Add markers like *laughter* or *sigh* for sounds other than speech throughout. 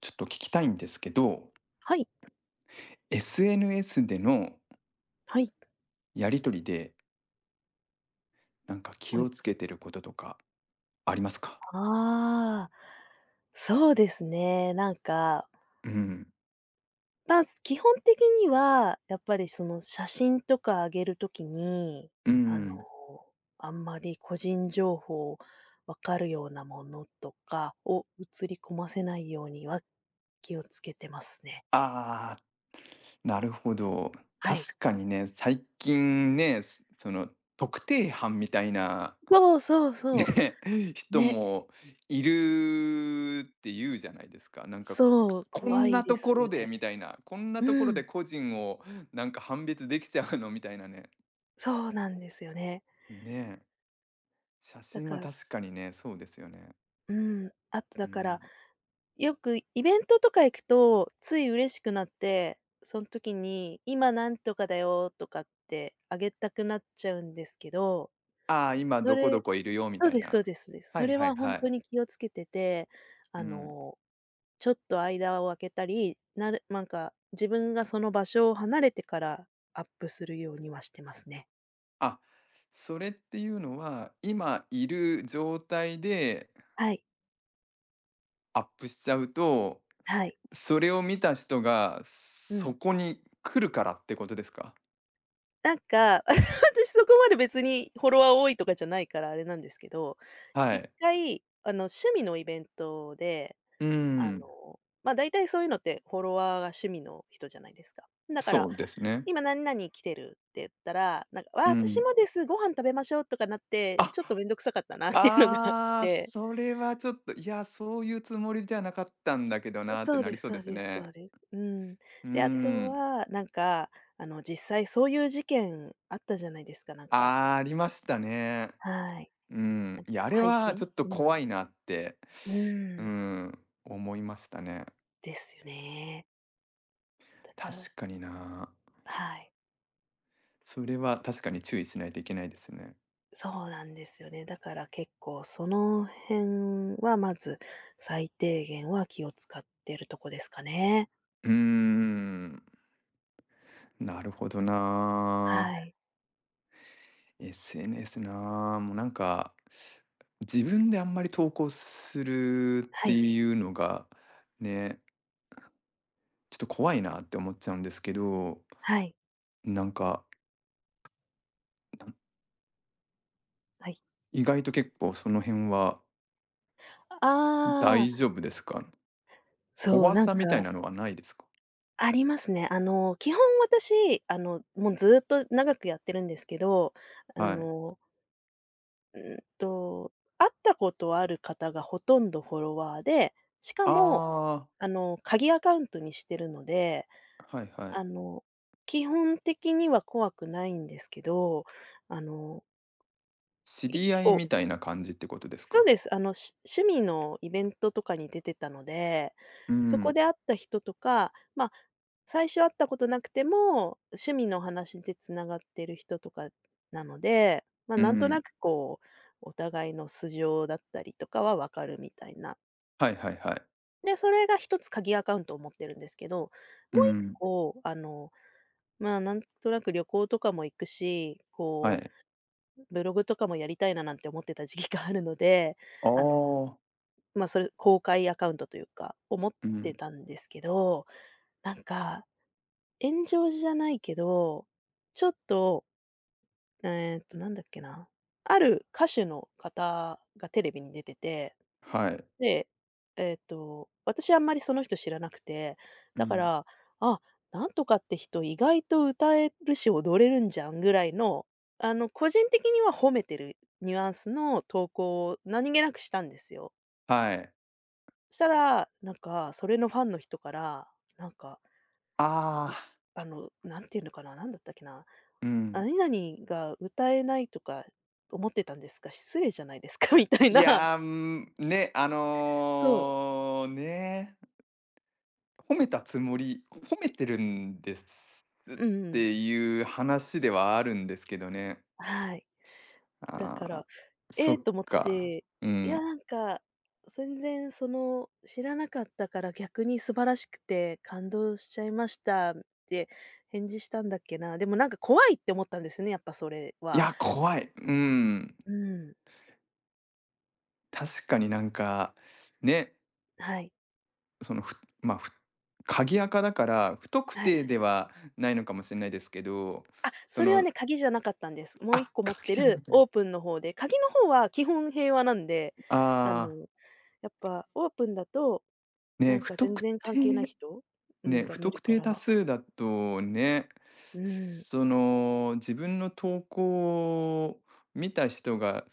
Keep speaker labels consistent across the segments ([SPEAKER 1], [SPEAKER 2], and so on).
[SPEAKER 1] ちょっと聞きたいんですけど、
[SPEAKER 2] はい。
[SPEAKER 1] SNS での
[SPEAKER 2] はい。
[SPEAKER 1] やり取りで、なんか気
[SPEAKER 2] はい。
[SPEAKER 1] をつけてることとかありますか？
[SPEAKER 2] ああ、そうですね。なんか、
[SPEAKER 1] うん。
[SPEAKER 2] まあ、基本的には、やっぱりその写真とかあげるときに、
[SPEAKER 1] う
[SPEAKER 2] あの、
[SPEAKER 1] ん。
[SPEAKER 2] あんまり個人情報分かるようなものとかを写り込ませないようには気をつけてますね。
[SPEAKER 1] ああ、なるほど。
[SPEAKER 2] はい。
[SPEAKER 1] 確かにね、最近ね、すその、特定班みたいな、
[SPEAKER 2] そうそうそ
[SPEAKER 1] ね、*laughs*
[SPEAKER 2] う。
[SPEAKER 1] 人
[SPEAKER 2] ね、
[SPEAKER 1] もいるって言うじゃないですか。なんか、
[SPEAKER 2] そう、
[SPEAKER 1] こ
[SPEAKER 2] 怖
[SPEAKER 1] ん
[SPEAKER 2] い
[SPEAKER 1] な
[SPEAKER 2] で
[SPEAKER 1] と
[SPEAKER 2] す
[SPEAKER 1] こ
[SPEAKER 2] よ
[SPEAKER 1] ろで
[SPEAKER 2] ね。
[SPEAKER 1] みたいな、こんなところ
[SPEAKER 2] う
[SPEAKER 1] で
[SPEAKER 2] ん、
[SPEAKER 1] 個人をなんか判別できちゃうのみたいなね。
[SPEAKER 2] そうなんですよね。
[SPEAKER 1] ねえ。写
[SPEAKER 2] だ
[SPEAKER 1] 真
[SPEAKER 2] か
[SPEAKER 1] は
[SPEAKER 2] ら
[SPEAKER 1] 確かにね、そうですよね。
[SPEAKER 2] うん、あとだ
[SPEAKER 1] う
[SPEAKER 2] か
[SPEAKER 1] ん。
[SPEAKER 2] ら、よくイベントとか行くと、つい嬉しくなって、その時に「今なんとかだよ」とかってあげたくなっちゃうんですけど、
[SPEAKER 1] ああ、今
[SPEAKER 2] そ
[SPEAKER 1] どこど
[SPEAKER 2] れ
[SPEAKER 1] こいるよみ
[SPEAKER 2] そう
[SPEAKER 1] たい
[SPEAKER 2] ですそ
[SPEAKER 1] な。
[SPEAKER 2] うですそうです。
[SPEAKER 1] は
[SPEAKER 2] そ
[SPEAKER 1] い
[SPEAKER 2] れ
[SPEAKER 1] はい
[SPEAKER 2] はほん
[SPEAKER 1] は
[SPEAKER 2] と
[SPEAKER 1] い。
[SPEAKER 2] に気をつけてて、
[SPEAKER 1] う
[SPEAKER 2] あ
[SPEAKER 1] ん。
[SPEAKER 2] の、ちょっと間を空けたり、なんか自分がその場所を離れてからアップするようにはしてますね。
[SPEAKER 1] あ、それっていうのは、今いる状態で
[SPEAKER 2] はい、
[SPEAKER 1] アップしちゃうと、
[SPEAKER 2] はい、
[SPEAKER 1] それを見た人が
[SPEAKER 2] う
[SPEAKER 1] そ
[SPEAKER 2] ん。
[SPEAKER 1] こに来るからってことですか？
[SPEAKER 2] なんか、*laughs* 私そこまで別にフォロワー多いとかじゃないからあれなんですけど、
[SPEAKER 1] は
[SPEAKER 2] 一
[SPEAKER 1] い。
[SPEAKER 2] 回、趣味のイベントで、
[SPEAKER 1] うーん、
[SPEAKER 2] まあ、大体そういうのってフォロワーが趣味の人じゃないですか。だか
[SPEAKER 1] そ
[SPEAKER 2] ら、
[SPEAKER 1] うですね。
[SPEAKER 2] 今何々来てるって言ったら、なんか、「わあ、
[SPEAKER 1] う
[SPEAKER 2] 私
[SPEAKER 1] ん。
[SPEAKER 2] もです、ご飯食べましょう」とかなって、
[SPEAKER 1] あ、
[SPEAKER 2] ちょっとめんどくさかったなっていうのがあっ
[SPEAKER 1] ああ、
[SPEAKER 2] て。
[SPEAKER 1] それはちょっと、いや、そういうつもりじゃなかったんだけどなっ
[SPEAKER 2] そ
[SPEAKER 1] て
[SPEAKER 2] う
[SPEAKER 1] な
[SPEAKER 2] で
[SPEAKER 1] り
[SPEAKER 2] す
[SPEAKER 1] そう
[SPEAKER 2] そ
[SPEAKER 1] で
[SPEAKER 2] う
[SPEAKER 1] す
[SPEAKER 2] ですそ
[SPEAKER 1] ね。
[SPEAKER 2] うです。うん。
[SPEAKER 1] うー
[SPEAKER 2] で、あと
[SPEAKER 1] ん。
[SPEAKER 2] は、なんか、実際そういう事件あったじゃないですか、なんか。
[SPEAKER 1] あー、ありましたね。
[SPEAKER 2] はい。
[SPEAKER 1] う
[SPEAKER 2] な
[SPEAKER 1] ん。
[SPEAKER 2] んか
[SPEAKER 1] いや、あれ
[SPEAKER 2] 配
[SPEAKER 1] は
[SPEAKER 2] 信
[SPEAKER 1] ちょっと
[SPEAKER 2] うん。
[SPEAKER 1] 怖いなって、
[SPEAKER 2] う
[SPEAKER 1] う
[SPEAKER 2] ん。
[SPEAKER 1] ん、思いましたね。
[SPEAKER 2] ですよね。だから
[SPEAKER 1] 確かにな。
[SPEAKER 2] はい。
[SPEAKER 1] それは確かに注意しないといけないですね。
[SPEAKER 2] そうなんですよね。だから結構その辺は、まず最低限は気を使ってるとこですかね。
[SPEAKER 1] うーん。なるほどな
[SPEAKER 2] はい。
[SPEAKER 1] ー。SNS なー。もうなんか、自分であんまり投稿するっ
[SPEAKER 2] は
[SPEAKER 1] て
[SPEAKER 2] い。
[SPEAKER 1] いうのが、ね、ちょっと怖いなって思っちゃうんですけど、
[SPEAKER 2] はい。
[SPEAKER 1] なんか、な
[SPEAKER 2] はい。
[SPEAKER 1] 意外と結構その辺は
[SPEAKER 2] あ
[SPEAKER 1] 大
[SPEAKER 2] あ、
[SPEAKER 1] 丈夫ですか？
[SPEAKER 2] そう、
[SPEAKER 1] 怖
[SPEAKER 2] なん
[SPEAKER 1] さみたい
[SPEAKER 2] か
[SPEAKER 1] なのはないですか？
[SPEAKER 2] ありますね。あの、基本私、もうずっと長くやってるんですけど、あ
[SPEAKER 1] はい。
[SPEAKER 2] の、会ったことある方がほとんどフォロワーで、しかも、
[SPEAKER 1] あ
[SPEAKER 2] 鍵アカウントにしてるので、
[SPEAKER 1] あ、はいは
[SPEAKER 2] あ
[SPEAKER 1] い。
[SPEAKER 2] の、基本的には怖くないんですけど、あの、
[SPEAKER 1] 知
[SPEAKER 2] 1
[SPEAKER 1] り合い
[SPEAKER 2] 個
[SPEAKER 1] みたいな感じってことです
[SPEAKER 2] そう
[SPEAKER 1] か？
[SPEAKER 2] です。趣味のイベントとかに出てたので、
[SPEAKER 1] う
[SPEAKER 2] そこ
[SPEAKER 1] ん、
[SPEAKER 2] で会った人とか、最初会ったことなくても、趣味の話でつながってる人とかなので、まあ、
[SPEAKER 1] う
[SPEAKER 2] なんとな
[SPEAKER 1] ん。
[SPEAKER 2] くこう、お互いの素性だったりとかはわかるみたいな。
[SPEAKER 1] はいはいはい。
[SPEAKER 2] で、それが一つ鍵アカウントを持ってるんですけど、もう
[SPEAKER 1] う
[SPEAKER 2] 1
[SPEAKER 1] ん、
[SPEAKER 2] 個、まあ、なんとなく旅行とかも行くし、
[SPEAKER 1] はい。
[SPEAKER 2] ブログとかもやりたいななんて思ってた時期があるので、
[SPEAKER 1] あ
[SPEAKER 2] あの、
[SPEAKER 1] あ、
[SPEAKER 2] まあ、それ公開アカウントというか、思っ
[SPEAKER 1] う
[SPEAKER 2] て
[SPEAKER 1] ん、
[SPEAKER 2] たんですけど、なんか、炎上じゃないけど、ちょっと、なんだっけな、ある歌手の方がテレビに出てて、
[SPEAKER 1] はい。
[SPEAKER 2] で、私あんまりその人知らなくて、
[SPEAKER 1] う
[SPEAKER 2] だか
[SPEAKER 1] ん、
[SPEAKER 2] ら、あ、なんとかって人意外と歌えるし踊れるんじゃんぐらいの、個人的には褒めてるニュアンスの投稿を何気なくしたんですよ。
[SPEAKER 1] はい。
[SPEAKER 2] したら、なんかそれのファンの人から、なんか、
[SPEAKER 1] ああ、
[SPEAKER 2] なんていうのかな、なんだったっけな、
[SPEAKER 1] うん。
[SPEAKER 2] 「何々が歌えないとか思ってたんですか？失礼じゃないですか」*laughs* みたい
[SPEAKER 1] い
[SPEAKER 2] な。
[SPEAKER 1] やー、うん、ね、
[SPEAKER 2] *laughs* そう。
[SPEAKER 1] ね、褒めたつもり褒めてるんですっ
[SPEAKER 2] うんうん。
[SPEAKER 1] ていう話ではあるんですけどね。
[SPEAKER 2] はい。だか
[SPEAKER 1] ああ、
[SPEAKER 2] ら、え
[SPEAKER 1] そ
[SPEAKER 2] え
[SPEAKER 1] っ
[SPEAKER 2] と思っ
[SPEAKER 1] か。
[SPEAKER 2] て、
[SPEAKER 1] う
[SPEAKER 2] いや、
[SPEAKER 1] ん。
[SPEAKER 2] なんか、全然その、知らなかったから逆に素晴らしくて感動しちゃいましたって返事したんだっけな。でもなんか怖いって思ったんですね、やっぱそれ
[SPEAKER 1] い
[SPEAKER 2] は。
[SPEAKER 1] や、怖い。うん。
[SPEAKER 2] うん。
[SPEAKER 1] 確かになんか、ね、
[SPEAKER 2] はい。
[SPEAKER 1] その、まあ、鍵垢だから、不特
[SPEAKER 2] はい。
[SPEAKER 1] 定ではないのかもしれないですけど、
[SPEAKER 2] あ、
[SPEAKER 1] そ
[SPEAKER 2] それは
[SPEAKER 1] の
[SPEAKER 2] ね、鍵じゃなかったんです。もう一
[SPEAKER 1] あ、
[SPEAKER 2] 個持っ
[SPEAKER 1] 鍵
[SPEAKER 2] て
[SPEAKER 1] じゃなか
[SPEAKER 2] る
[SPEAKER 1] った
[SPEAKER 2] オー
[SPEAKER 1] ね。
[SPEAKER 2] プンの方で、鍵の方は基本平和なんで、あ
[SPEAKER 1] あ
[SPEAKER 2] の、やっぱオープンだと、
[SPEAKER 1] あ、
[SPEAKER 2] な
[SPEAKER 1] ね、
[SPEAKER 2] んか
[SPEAKER 1] 不
[SPEAKER 2] 全
[SPEAKER 1] 特
[SPEAKER 2] 然関係ない
[SPEAKER 1] 定
[SPEAKER 2] 人、う
[SPEAKER 1] ね、
[SPEAKER 2] ん、が
[SPEAKER 1] 不
[SPEAKER 2] 見る
[SPEAKER 1] 特
[SPEAKER 2] か
[SPEAKER 1] 定多
[SPEAKER 2] ら。
[SPEAKER 1] 数だとね、
[SPEAKER 2] うん。
[SPEAKER 1] その、自分の投稿を見た人が、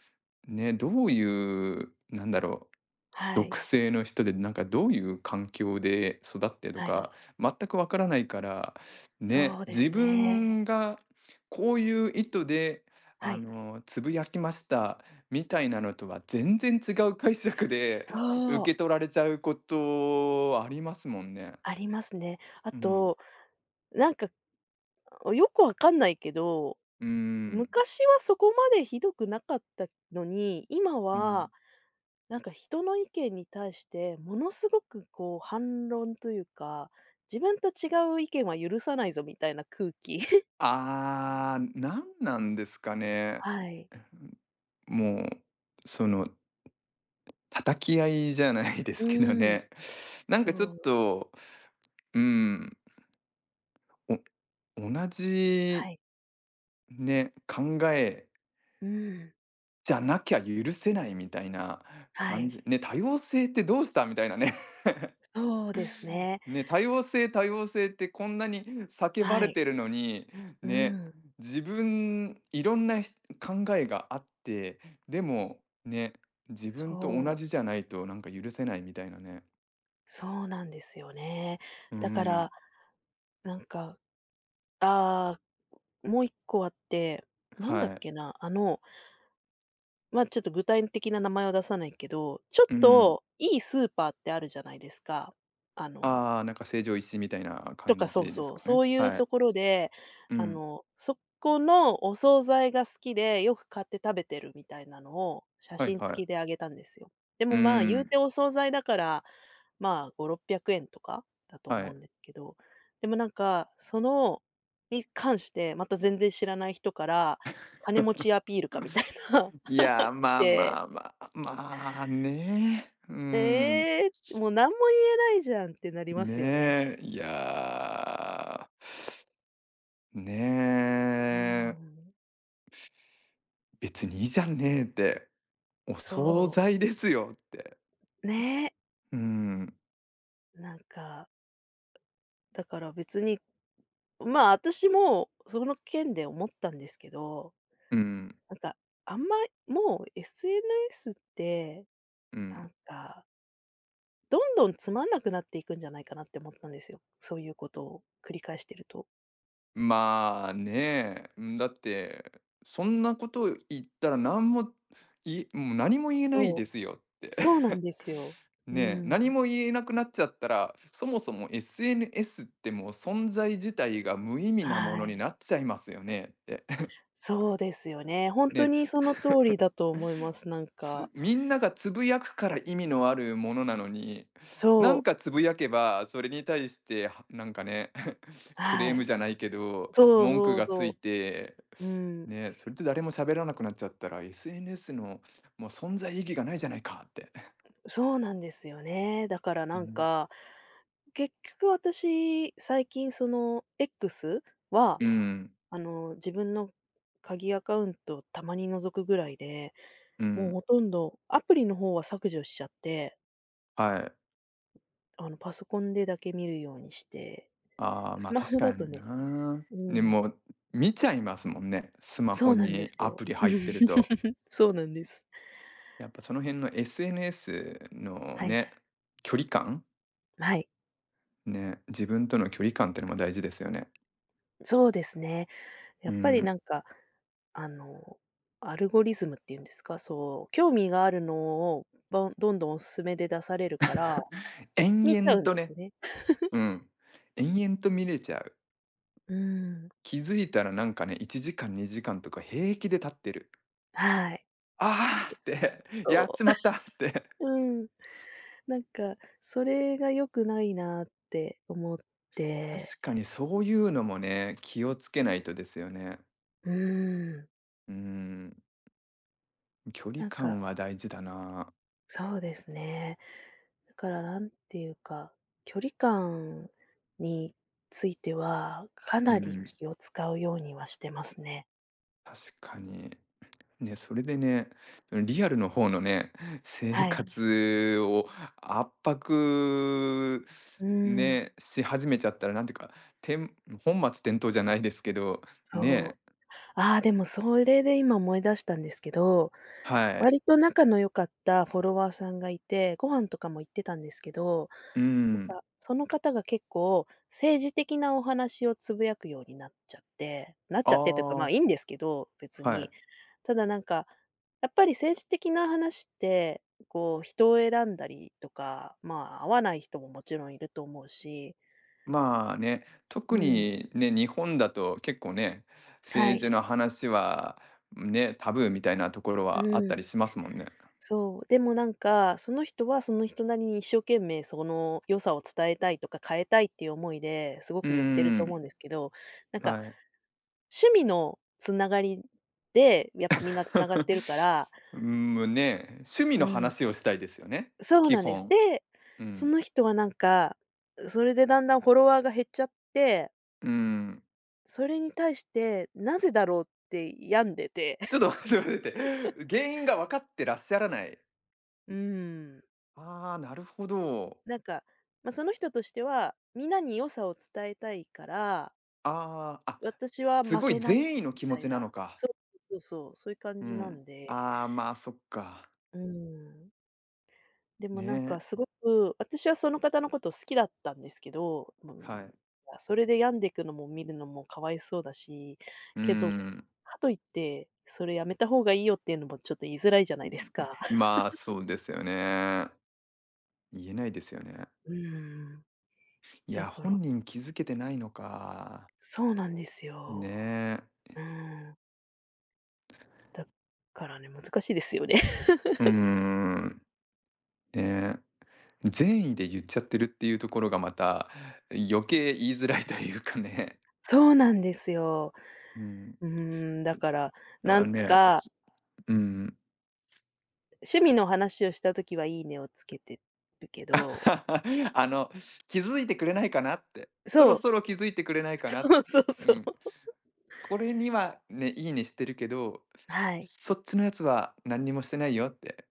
[SPEAKER 1] ね、どういう、なんだろう
[SPEAKER 2] は
[SPEAKER 1] 独
[SPEAKER 2] い。
[SPEAKER 1] 生の人で、なんかどういう環境で育ってと
[SPEAKER 2] はい。
[SPEAKER 1] か、全くわからないから、ね、
[SPEAKER 2] そうです
[SPEAKER 1] 自
[SPEAKER 2] ね。
[SPEAKER 1] 分がこういう意図で、
[SPEAKER 2] はい。
[SPEAKER 1] つぶやきましたみたいなのとは全然違う解釈で受
[SPEAKER 2] そう、
[SPEAKER 1] け取られちゃうことありますもんね。
[SPEAKER 2] ありますね。あ
[SPEAKER 1] うん。
[SPEAKER 2] と、なんか、よくわかんないけど、
[SPEAKER 1] うーん。
[SPEAKER 2] 昔はそこまでひどくなかったのに、今
[SPEAKER 1] う
[SPEAKER 2] は、
[SPEAKER 1] ん。
[SPEAKER 2] なんか人の意見に対して、ものすごくこう反論というか、自分と違う意見は許さないぞみたいな空気。*laughs*
[SPEAKER 1] ああ、なんなんですかね。
[SPEAKER 2] はい。
[SPEAKER 1] もう、その叩き合いじゃないですけど
[SPEAKER 2] うん、
[SPEAKER 1] ね。*laughs* なんかちょっ
[SPEAKER 2] そう、
[SPEAKER 1] と、うーん、お同
[SPEAKER 2] は
[SPEAKER 1] じ
[SPEAKER 2] い。
[SPEAKER 1] ね、考え
[SPEAKER 2] うん、
[SPEAKER 1] じゃなきゃ許せないみたいな
[SPEAKER 2] は
[SPEAKER 1] 感
[SPEAKER 2] い。
[SPEAKER 1] じ。ね、多様性ってどうした？みたいなね。*laughs*
[SPEAKER 2] そうですね。
[SPEAKER 1] ね、多様性多様性ってこんなに叫ば
[SPEAKER 2] は
[SPEAKER 1] れ
[SPEAKER 2] い。
[SPEAKER 1] てるのに、
[SPEAKER 2] う
[SPEAKER 1] ね、
[SPEAKER 2] ん、
[SPEAKER 1] 自分いろんな考えがあって、でも、ね、自分と
[SPEAKER 2] そ
[SPEAKER 1] 同
[SPEAKER 2] う。
[SPEAKER 1] じじゃないとなんか許せないみたいなね。
[SPEAKER 2] そうなんですよね。
[SPEAKER 1] うー
[SPEAKER 2] だから、
[SPEAKER 1] ん、
[SPEAKER 2] なんか、ああ、もう一個あって、なんだっ
[SPEAKER 1] はい。
[SPEAKER 2] けな、ちょっと具体的な名前は出さないけど、ちょっ
[SPEAKER 1] うん。
[SPEAKER 2] といいスーパーってあるじゃないですか。あの
[SPEAKER 1] ああ、なんか成城石井みたいな
[SPEAKER 2] とか、
[SPEAKER 1] 感
[SPEAKER 2] そう
[SPEAKER 1] じです
[SPEAKER 2] そう、
[SPEAKER 1] か
[SPEAKER 2] そ
[SPEAKER 1] ね。
[SPEAKER 2] ういう
[SPEAKER 1] はい。
[SPEAKER 2] ところで、
[SPEAKER 1] うん。
[SPEAKER 2] そこのお惣菜が好きで、よく買って食べてるみたいなのを、写
[SPEAKER 1] はい
[SPEAKER 2] 真
[SPEAKER 1] はい。
[SPEAKER 2] 付きであげたんですよ。でも、
[SPEAKER 1] う
[SPEAKER 2] まあ、言う
[SPEAKER 1] ん。
[SPEAKER 2] てお惣菜だから、まあ、5、600円とかだと
[SPEAKER 1] は
[SPEAKER 2] 思うん
[SPEAKER 1] い。
[SPEAKER 2] ですけど、でもなんか、に関して、また全然知らない人から、金持ちアピールかみたいな。
[SPEAKER 1] いや、まあ
[SPEAKER 2] で、
[SPEAKER 1] まあまあ、まあね。ううん。ん。
[SPEAKER 2] ええ、もう何も言えないじゃんってなりますよね。
[SPEAKER 1] ねえ、いやー、
[SPEAKER 2] う
[SPEAKER 1] ねえ、
[SPEAKER 2] ん、
[SPEAKER 1] 別にいいじゃんねえって、お
[SPEAKER 2] そ
[SPEAKER 1] 惣菜ですよって。
[SPEAKER 2] う、ね、
[SPEAKER 1] うん、
[SPEAKER 2] なんかだから別に、まあ、私もその件で思ったんですけど、
[SPEAKER 1] うん、
[SPEAKER 2] なんか、あんま、もう SNS って、
[SPEAKER 1] う
[SPEAKER 2] な
[SPEAKER 1] ん。
[SPEAKER 2] んか、どんどんつまんなくなっていくんじゃないかなって思ったんですよ。そういうことを繰り返してると。
[SPEAKER 1] まあね、ん、だって、そんなことを言ったらなんも、もう何も言えない
[SPEAKER 2] そう、
[SPEAKER 1] ですよって。
[SPEAKER 2] そうなん
[SPEAKER 1] *laughs*
[SPEAKER 2] ですよ。う
[SPEAKER 1] ねえ、
[SPEAKER 2] ん。
[SPEAKER 1] 何も言えなくなっちゃったら、そもそも SNS ってもう存在自体が無意味なも
[SPEAKER 2] は
[SPEAKER 1] のに
[SPEAKER 2] い。
[SPEAKER 1] なっちゃいますよねって。
[SPEAKER 2] そうですよね。本
[SPEAKER 1] *laughs* ね
[SPEAKER 2] 当
[SPEAKER 1] え、
[SPEAKER 2] にその通りだと思います、なんか。
[SPEAKER 1] みんながつぶやくから意味のあるものなのに、なん
[SPEAKER 2] そう、
[SPEAKER 1] かつぶやけば、それに対して、なんかね *laughs*、クレ
[SPEAKER 2] は
[SPEAKER 1] ーム
[SPEAKER 2] い。
[SPEAKER 1] じゃないけど、
[SPEAKER 2] そう
[SPEAKER 1] 文句
[SPEAKER 2] そう
[SPEAKER 1] がつい
[SPEAKER 2] そ
[SPEAKER 1] て、
[SPEAKER 2] う。うん。
[SPEAKER 1] ね、それで誰も喋らなくなっちゃったら、SNS のもう存在意義がないじゃないかって。
[SPEAKER 2] そうなんですよね。だからな
[SPEAKER 1] う
[SPEAKER 2] ん
[SPEAKER 1] ん、
[SPEAKER 2] か、結局私、最近その X は、
[SPEAKER 1] うん、
[SPEAKER 2] 自分の鍵アカウントをたまに覗くぐらいで、
[SPEAKER 1] う
[SPEAKER 2] もう
[SPEAKER 1] ん、
[SPEAKER 2] ほとんどアプリの方は削除しちゃって、
[SPEAKER 1] はい。
[SPEAKER 2] パソコンでだけ見るようにして、
[SPEAKER 1] ああ、ま
[SPEAKER 2] ス
[SPEAKER 1] あ
[SPEAKER 2] マ
[SPEAKER 1] 確
[SPEAKER 2] ホだ
[SPEAKER 1] か
[SPEAKER 2] と
[SPEAKER 1] に
[SPEAKER 2] ね、
[SPEAKER 1] な。
[SPEAKER 2] う
[SPEAKER 1] で
[SPEAKER 2] ん、
[SPEAKER 1] も、見ちゃいますもんね、スマ
[SPEAKER 2] そ
[SPEAKER 1] ホ
[SPEAKER 2] うなんで
[SPEAKER 1] に
[SPEAKER 2] す
[SPEAKER 1] ア
[SPEAKER 2] よ。
[SPEAKER 1] プリ入ってると。
[SPEAKER 2] *laughs* そうなんです。
[SPEAKER 1] やっぱその辺の SNS の
[SPEAKER 2] はい、
[SPEAKER 1] ね、距離感
[SPEAKER 2] はい。
[SPEAKER 1] ね、自分との距離感ってのも大事ですよね。
[SPEAKER 2] そうですね。や
[SPEAKER 1] う
[SPEAKER 2] っぱり
[SPEAKER 1] ん。
[SPEAKER 2] なんか、あの、アルゴリズムっていうんですか、そう、興味があるのを、どんどんおすすめで出されるから、
[SPEAKER 1] 延
[SPEAKER 2] 見ちゃ
[SPEAKER 1] 々
[SPEAKER 2] うん
[SPEAKER 1] と
[SPEAKER 2] です
[SPEAKER 1] ね、
[SPEAKER 2] ね。
[SPEAKER 1] うん。延々と見れちゃう。
[SPEAKER 2] うーん、
[SPEAKER 1] 気づいたらなんかね、1時間2時間とか平気で立ってる。
[SPEAKER 2] はい、
[SPEAKER 1] ああって、*laughs* やっ
[SPEAKER 2] そう。
[SPEAKER 1] ちまったっ
[SPEAKER 2] *laughs*
[SPEAKER 1] て。
[SPEAKER 2] うん、なんか、それが良くないなって思って、
[SPEAKER 1] 確かにそういうのもね、気をつけないとですよね。
[SPEAKER 2] うーん、
[SPEAKER 1] うん。距離
[SPEAKER 2] なんか、
[SPEAKER 1] 感は大事だな。
[SPEAKER 2] そうですね。だからなんていうか、距離感については、か
[SPEAKER 1] う
[SPEAKER 2] なり
[SPEAKER 1] ん。
[SPEAKER 2] 気を使うようにはしてますね。
[SPEAKER 1] 確かに。ね、それでね、リアルの方のね、*laughs* 生
[SPEAKER 2] はい。
[SPEAKER 1] 活を圧迫
[SPEAKER 2] うーん、
[SPEAKER 1] ね、し始めちゃったら、なんていうか、てん本末転倒じゃないですけど、
[SPEAKER 2] そ
[SPEAKER 1] ね、
[SPEAKER 2] う。ああ、でもそれで今思い出したんですけど、
[SPEAKER 1] はい。
[SPEAKER 2] 割と仲の良かったフォロワーさんがいて、ご飯とかも行ってたんですけど、
[SPEAKER 1] う
[SPEAKER 2] なん
[SPEAKER 1] ん。
[SPEAKER 2] かその方が結構政治的なお話をつぶやくようになっちゃって、なっち
[SPEAKER 1] あ
[SPEAKER 2] ゃってというか、まあ、
[SPEAKER 1] あ、
[SPEAKER 2] いいんですけど、別
[SPEAKER 1] は
[SPEAKER 2] に。
[SPEAKER 1] い。
[SPEAKER 2] ただなんか、やっぱり政治的な話って、こう人を選んだりとか、まあ、合わない人ももちろんいると思うし、
[SPEAKER 1] まあね、
[SPEAKER 2] う
[SPEAKER 1] 特
[SPEAKER 2] ん、
[SPEAKER 1] にね、日本だと結構ね、
[SPEAKER 2] は
[SPEAKER 1] 政
[SPEAKER 2] い、
[SPEAKER 1] 治の話はね、タブーみたいなところ
[SPEAKER 2] う
[SPEAKER 1] はあった
[SPEAKER 2] ん。
[SPEAKER 1] りしますもんね。
[SPEAKER 2] そう、でもなんか、その人はその人なりに一生懸命その良さを伝えたいとか変えたいっていう思いですご
[SPEAKER 1] う
[SPEAKER 2] く言ってると思うん
[SPEAKER 1] ー
[SPEAKER 2] ですけど、なん
[SPEAKER 1] ん、
[SPEAKER 2] か
[SPEAKER 1] はい。
[SPEAKER 2] 趣味のつながりで、やっぱみんなつながっ
[SPEAKER 1] *laughs*
[SPEAKER 2] てるから、
[SPEAKER 1] うーん、ね、趣味
[SPEAKER 2] う
[SPEAKER 1] の
[SPEAKER 2] ん、
[SPEAKER 1] 話をしたいですよね、
[SPEAKER 2] そう
[SPEAKER 1] 基
[SPEAKER 2] なんです。
[SPEAKER 1] 本。
[SPEAKER 2] で、
[SPEAKER 1] う
[SPEAKER 2] そ
[SPEAKER 1] ん。
[SPEAKER 2] の人はなんか、それでだんだんフォロワーが減っちゃって、
[SPEAKER 1] うーん。
[SPEAKER 2] それに対してなぜだろうって病んでて、
[SPEAKER 1] ちょっと
[SPEAKER 2] *laughs*
[SPEAKER 1] 待って待って待って。原因が分かってらっしゃらない。
[SPEAKER 2] うん、
[SPEAKER 1] ああ、なるほど。
[SPEAKER 2] なんか、まあ、その人としては、みんなに良さを伝えたいから
[SPEAKER 1] ああ、あ、
[SPEAKER 2] 私は
[SPEAKER 1] す
[SPEAKER 2] 負
[SPEAKER 1] ごい
[SPEAKER 2] けない、
[SPEAKER 1] 善意の
[SPEAKER 2] み
[SPEAKER 1] 気持
[SPEAKER 2] たい
[SPEAKER 1] ちなの
[SPEAKER 2] な。
[SPEAKER 1] か。
[SPEAKER 2] そうそうそう、そういう感
[SPEAKER 1] う
[SPEAKER 2] じなん
[SPEAKER 1] ん。
[SPEAKER 2] で。
[SPEAKER 1] ああ、まあ、そっか。
[SPEAKER 2] うん。でもなん
[SPEAKER 1] ね、
[SPEAKER 2] かすごく、私はその方のこと好きだったんですけど、うん、
[SPEAKER 1] はい。
[SPEAKER 2] まそれで病んでいくのも見るのもかわいそうだし、
[SPEAKER 1] うー
[SPEAKER 2] けど、
[SPEAKER 1] ん、
[SPEAKER 2] かといって、それやめた方がいいよっていうのもちょっと言いづらいじゃないですか。*laughs*
[SPEAKER 1] まあ、そうですよね。言えないですよね。
[SPEAKER 2] うん、
[SPEAKER 1] い
[SPEAKER 2] だ
[SPEAKER 1] や、
[SPEAKER 2] から
[SPEAKER 1] 本人気づけてないのか。
[SPEAKER 2] そうなんですよ。
[SPEAKER 1] ねえ。
[SPEAKER 2] うん、だからね、難しいですよね。*laughs*
[SPEAKER 1] うーん、ねえ。善意で言っちゃってるっていうところがまた、余計言いづらいというかね。
[SPEAKER 2] そうなんですよ。
[SPEAKER 1] うん。
[SPEAKER 2] うーん、だから、な
[SPEAKER 1] あ
[SPEAKER 2] ん
[SPEAKER 1] のね、
[SPEAKER 2] か
[SPEAKER 1] すうん。
[SPEAKER 2] 趣味の話をしたときは、いいねをつけてるけど、
[SPEAKER 1] *laughs* あの、気づいてくれないかなって、そ
[SPEAKER 2] そ
[SPEAKER 1] ろ
[SPEAKER 2] う、
[SPEAKER 1] そろ気づいてくれない
[SPEAKER 2] *laughs*
[SPEAKER 1] かな。
[SPEAKER 2] そうそう
[SPEAKER 1] う
[SPEAKER 2] そう。
[SPEAKER 1] ん。これにはね、いいねしてるけど、
[SPEAKER 2] はい、
[SPEAKER 1] そっちのやつは何にもしてないよって。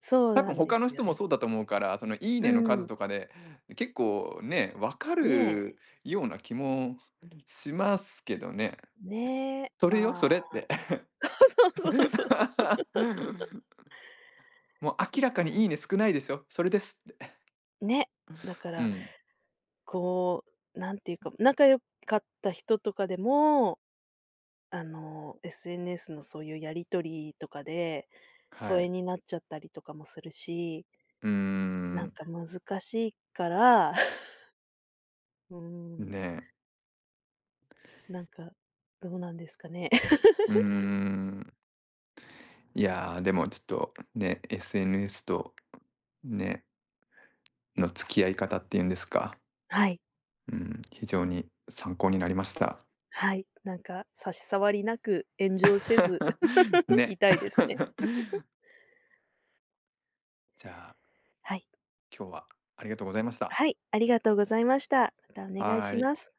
[SPEAKER 2] そう
[SPEAKER 1] 多
[SPEAKER 2] な
[SPEAKER 1] 分
[SPEAKER 2] んで
[SPEAKER 1] 他の
[SPEAKER 2] すよ
[SPEAKER 1] 人も
[SPEAKER 2] ね。
[SPEAKER 1] そうだと思うから、そのいい
[SPEAKER 2] う
[SPEAKER 1] ねの数
[SPEAKER 2] ん、
[SPEAKER 1] とかで、結構ね、わか
[SPEAKER 2] ねえ、
[SPEAKER 1] るような気もしますけどね。
[SPEAKER 2] ねえ、
[SPEAKER 1] それよ、
[SPEAKER 2] ま
[SPEAKER 1] それっ
[SPEAKER 2] あ
[SPEAKER 1] て。
[SPEAKER 2] *laughs* そうそうそう。
[SPEAKER 1] *laughs* もう明らか
[SPEAKER 2] そ
[SPEAKER 1] にいいね少ないでしょ、それですって。
[SPEAKER 2] う、ね、だか
[SPEAKER 1] う
[SPEAKER 2] ら、
[SPEAKER 1] ん、
[SPEAKER 2] こう、なんていうか、仲良かった人とかでも、SNS のそういうやり取りとかで、疎
[SPEAKER 1] は
[SPEAKER 2] 遠
[SPEAKER 1] い。
[SPEAKER 2] になっちゃったりとかもするし、
[SPEAKER 1] うー
[SPEAKER 2] なん
[SPEAKER 1] ん、
[SPEAKER 2] か難しいから、*laughs* うん、
[SPEAKER 1] ねえ、
[SPEAKER 2] なんか、どうなんですかね。
[SPEAKER 1] うーん。いやー、でもちょっとね、SNS とね、の付き合い方っていうんですか、
[SPEAKER 2] はい、
[SPEAKER 1] うん、非常に参考になりました。
[SPEAKER 2] はい、なんか差し障りなく炎上せず
[SPEAKER 1] *laughs*
[SPEAKER 2] *laughs*、
[SPEAKER 1] ね。
[SPEAKER 2] 痛いですね。
[SPEAKER 1] *laughs* じゃあ、
[SPEAKER 2] はい。
[SPEAKER 1] 今日はありがとうございました。
[SPEAKER 2] はい、ありがとうございました。またお願い
[SPEAKER 1] は
[SPEAKER 2] し
[SPEAKER 1] ーい。
[SPEAKER 2] ます。